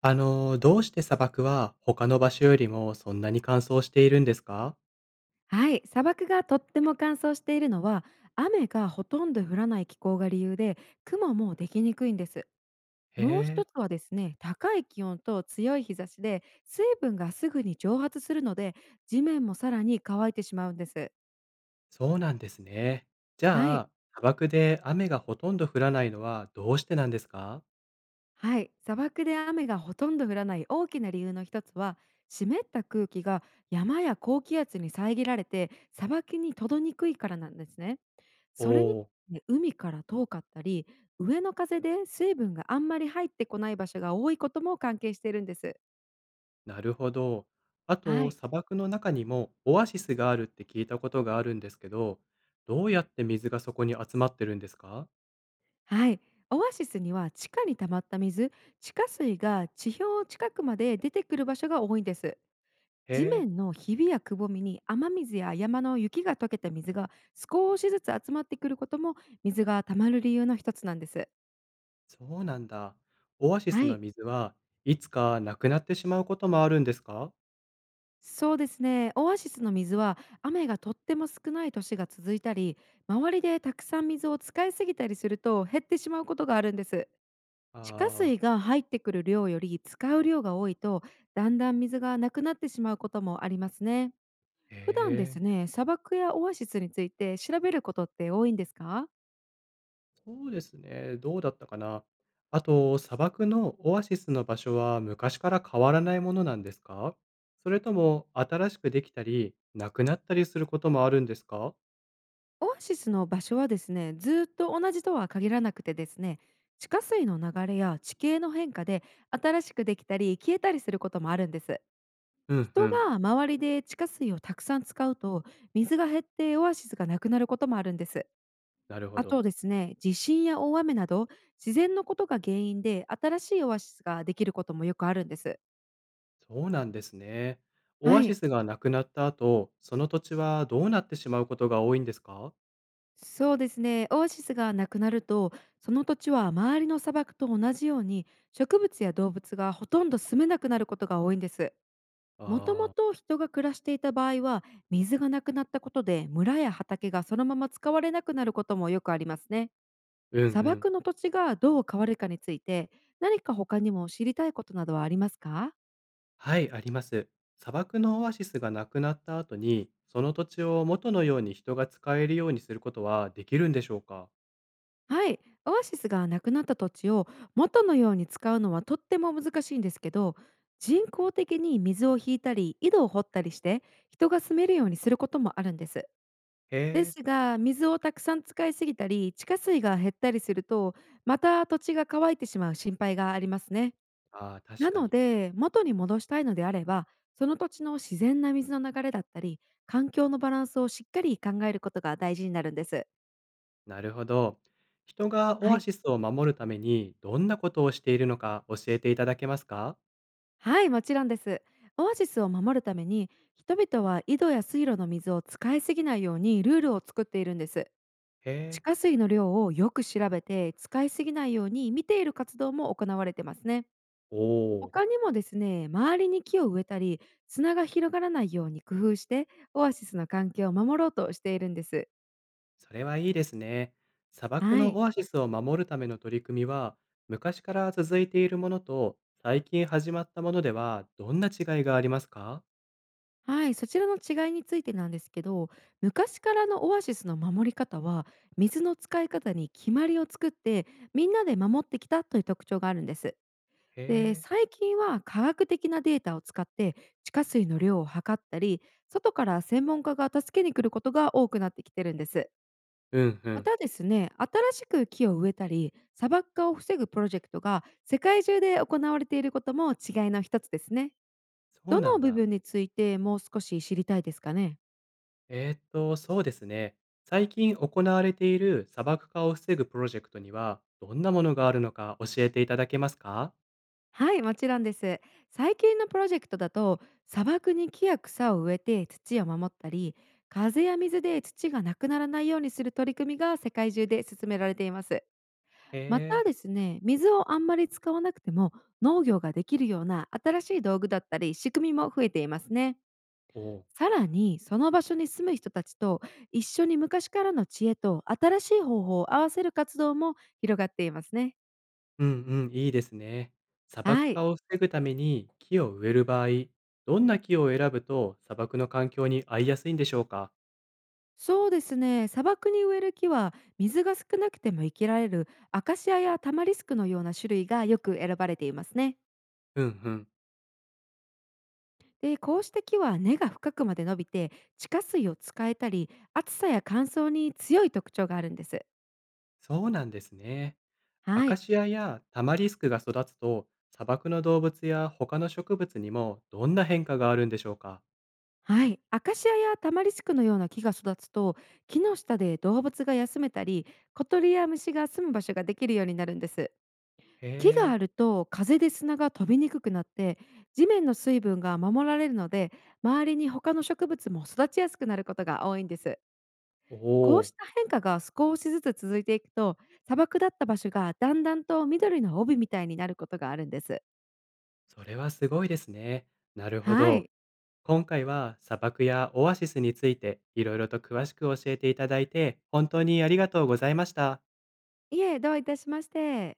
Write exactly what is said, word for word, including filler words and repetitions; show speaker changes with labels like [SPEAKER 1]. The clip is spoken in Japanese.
[SPEAKER 1] あのー、どうして砂漠は他の場所よりもそんなに乾燥しているんですか？
[SPEAKER 2] はい、砂漠がとっても乾燥しているのは雨がほとんど降らない気候が理由で雲もできにくいんです。
[SPEAKER 1] へ
[SPEAKER 2] もう
[SPEAKER 1] え、
[SPEAKER 2] 一つはですね、高い気温と強い日差しで水分がすぐに蒸発するので地面もさらに乾いてしまうんです。
[SPEAKER 1] そうなんですね。じ
[SPEAKER 2] は
[SPEAKER 1] ゃ
[SPEAKER 2] い
[SPEAKER 1] あ、砂漠で雨がほとんど降らないのはどうしてなんですか？
[SPEAKER 2] はい、砂漠で雨がほとんど降らない大きな理由の一つは、湿った空気が山や高気圧に遮られて砂漠に届りにくいからなんですね。
[SPEAKER 1] お
[SPEAKER 2] それに
[SPEAKER 1] おー、
[SPEAKER 2] ね、海から遠かったり上の風で水分があんまり入ってこない場所が多いことも関係しているんです。
[SPEAKER 1] なるほど。あ
[SPEAKER 2] は
[SPEAKER 1] と、
[SPEAKER 2] い、
[SPEAKER 1] 砂漠の中にもオアシスがあるって聞いたことがあるんですけど、どうやって水がそこに集まってるんですか？
[SPEAKER 2] はい、オアシスには地下に溜まった水、地下水が地表近くまで出てくる場所が多いんです。地
[SPEAKER 1] へえ、
[SPEAKER 2] 面のひびやくぼみに雨水や山の雪が溶けた水が少しずつ集まってくることも、水が溜まる理由の一つなんです。
[SPEAKER 1] そうなんだ。オアシス
[SPEAKER 2] は
[SPEAKER 1] の
[SPEAKER 2] い。
[SPEAKER 1] 水はいつかなくなってしまうこともあるんですか？
[SPEAKER 2] そうですね。オアシスの水は雨がとっても少ない年が続いたり、周りでたくさん水を使いすぎたりすると減ってしまうことがあるんです。地下
[SPEAKER 1] あ
[SPEAKER 2] 水
[SPEAKER 1] あ
[SPEAKER 2] が入ってくる量より使う量が多いと、だんだん水がなくなってしまうこともありますね。
[SPEAKER 1] ー、へ
[SPEAKER 2] 普段です
[SPEAKER 1] え。
[SPEAKER 2] ね、砂漠やオアシスについて調べることって多いんですか？
[SPEAKER 1] そうですね。どうだったかな。あと、砂漠のオアシスの場所は昔から変わらないものなんですか？それとも新しくできたり、なくなったりすることもあるんですか？
[SPEAKER 2] オアシスの場所はですね、ずっと同じとは限らなくてですね、地下水の流れや地形の変化で新しくできたり消えたりすることもあるんです。
[SPEAKER 1] うんう
[SPEAKER 2] 人
[SPEAKER 1] ん。
[SPEAKER 2] が周りで地下水をたくさん使うと水が減ってオアシスがなくなることもあるんです。
[SPEAKER 1] なるほ
[SPEAKER 2] あ
[SPEAKER 1] ど。
[SPEAKER 2] とですね、地震や大雨など自然のことが原因で新しいオアシスができることもよくあるんです。
[SPEAKER 1] そうなんですね。オ
[SPEAKER 2] は
[SPEAKER 1] アシ
[SPEAKER 2] い、
[SPEAKER 1] スがなくなった後、その土地はどうなってしまうことが多いんですか？
[SPEAKER 2] そうですね。オアシスがなくなると、その土地は周りの砂漠と同じように植物や動物がほとんど住めなくなることが多いんです。もとも
[SPEAKER 1] ああー、
[SPEAKER 2] と人が暮らしていた場合は、水がなくなったことで村や畑がそのまま使われなくなることもよくありますね。
[SPEAKER 1] うんう
[SPEAKER 2] 砂
[SPEAKER 1] ん。
[SPEAKER 2] 漠の土地がどう変わるかについて、何か他にも知りたいことなどはありますか？
[SPEAKER 1] はい、あります。砂漠のオアシスがなくなった後に、その土地を元のように人が使えるようにすることはできるんでしょうか？
[SPEAKER 2] はい、オアシスがなくなった土地を元のように使うのはとっても難しいんですけど、人工的に水を引いたり井戸を掘ったりして人が住めるようにすることもあるんです。
[SPEAKER 1] へ
[SPEAKER 2] で
[SPEAKER 1] え、
[SPEAKER 2] すが、水をたくさん使いすぎたり地下水が減ったりするとまた土地が乾いてしまう心配がありますね。
[SPEAKER 1] ああ、確
[SPEAKER 2] な
[SPEAKER 1] か
[SPEAKER 2] の
[SPEAKER 1] に。
[SPEAKER 2] で、元に戻したいのであれば、その土地の自然な水の流れだったり環境のバランスをしっかり考えることが大事になるんです。
[SPEAKER 1] なるほど。人がオ
[SPEAKER 2] は
[SPEAKER 1] ア
[SPEAKER 2] い、
[SPEAKER 1] シスを守るためにどんなことをしているのか教えていただけますか？
[SPEAKER 2] はい、もちろんです。オアシスを守るために、人々は井戸や水路の水を使いすぎないようにルールを作っているんです。
[SPEAKER 1] へ
[SPEAKER 2] 地
[SPEAKER 1] え、
[SPEAKER 2] 下水の量をよく調べて、使いすぎないように見ている活動も行われてますね。
[SPEAKER 1] おお、
[SPEAKER 2] 他にもですね、周りに木を植えたり、砂が広がらないように工夫して、オアシスの環境を守ろうとしているんです。
[SPEAKER 1] それはいいですね。砂漠
[SPEAKER 2] は
[SPEAKER 1] の
[SPEAKER 2] い。
[SPEAKER 1] オアシスを守るための取り組みは、昔から続いているものと最近始まったものではどんな違いがありますか？
[SPEAKER 2] はい、そちらの違いについてなんですけど、昔からのオアシスの守り方は、水の使い方に決まりを作って、みんなで守ってきたという特徴があるんです。
[SPEAKER 1] へ
[SPEAKER 2] で、
[SPEAKER 1] え、
[SPEAKER 2] 最近は科学的なデータを使って地下水の量を測ったり、外から専門家が助けに来ることが多くなってきてるんです。
[SPEAKER 1] うんう
[SPEAKER 2] ま
[SPEAKER 1] ん、
[SPEAKER 2] たですね、新しく木を植えたり、砂漠化を防ぐプロジェクトが世界中で行われていることも違いの一つですね。
[SPEAKER 1] そう
[SPEAKER 2] ど
[SPEAKER 1] な
[SPEAKER 2] の
[SPEAKER 1] ん
[SPEAKER 2] 部
[SPEAKER 1] だ。
[SPEAKER 2] 分についてもう少し知りたいですかね？
[SPEAKER 1] えーっと、そうですね。最近行われている砂漠化を防ぐプロジェクトには、どんなものがあるのか教えていただけますか？
[SPEAKER 2] はい、もちろんです。最近のプロジェクトだと、砂漠に木や草を植えて土を守ったり、風や水で土がなくならないようにする取り組みが世界中で進められています。
[SPEAKER 1] へ
[SPEAKER 2] また
[SPEAKER 1] え、
[SPEAKER 2] ですね、水をあんまり使わなくても農業ができるような新しい道具だったり仕組みも増えていますね。
[SPEAKER 1] おう。
[SPEAKER 2] さらに、その場所に住む人たちと一緒に昔からの知恵と新しい方法を合わせる活動も広がっていますね。
[SPEAKER 1] うんうん、いいですね。砂
[SPEAKER 2] は
[SPEAKER 1] 漠
[SPEAKER 2] い、
[SPEAKER 1] 化を防ぐために木を植える場合、どんな木を選ぶと砂漠の環境に合いやすいんでしょうか？
[SPEAKER 2] そうですね、砂漠に植える木は水が少なくても生きられるアカシアやタマリスクのような種類がよく選ばれていますね。
[SPEAKER 1] うんうん、
[SPEAKER 2] で、こうした木は根が深くまで伸びて地下水を使えたり、暑さや乾燥に強い特徴があるんです。
[SPEAKER 1] そうなんですね。ア
[SPEAKER 2] は
[SPEAKER 1] カ
[SPEAKER 2] い
[SPEAKER 1] シアやタマリスクが育つと、砂漠の動物や他の植物にもどんな変化があるんでしょうか？
[SPEAKER 2] はいアカシアやタマリスクのような木が育つと、木の下で動物が休めたり、小鳥や虫が住む場所ができるようになるんです。
[SPEAKER 1] へ
[SPEAKER 2] 木が
[SPEAKER 1] え、
[SPEAKER 2] あると風で砂が飛びにくくなって地面の水分が守られるので、周りに他の植物も育ちやすくなることが多いんです。
[SPEAKER 1] お
[SPEAKER 2] こう
[SPEAKER 1] お。
[SPEAKER 2] した変化が少しずつ続いていくと、砂漠だった場所がだんだんと緑の帯みたいになることがあるんです。
[SPEAKER 1] それはすごいですね。なるほ
[SPEAKER 2] は
[SPEAKER 1] ど。
[SPEAKER 2] い、
[SPEAKER 1] 今回は砂漠やオアシスについていろいろと詳しく教えていただいて本当にありがとうございました。
[SPEAKER 2] いえ、どういたしまして。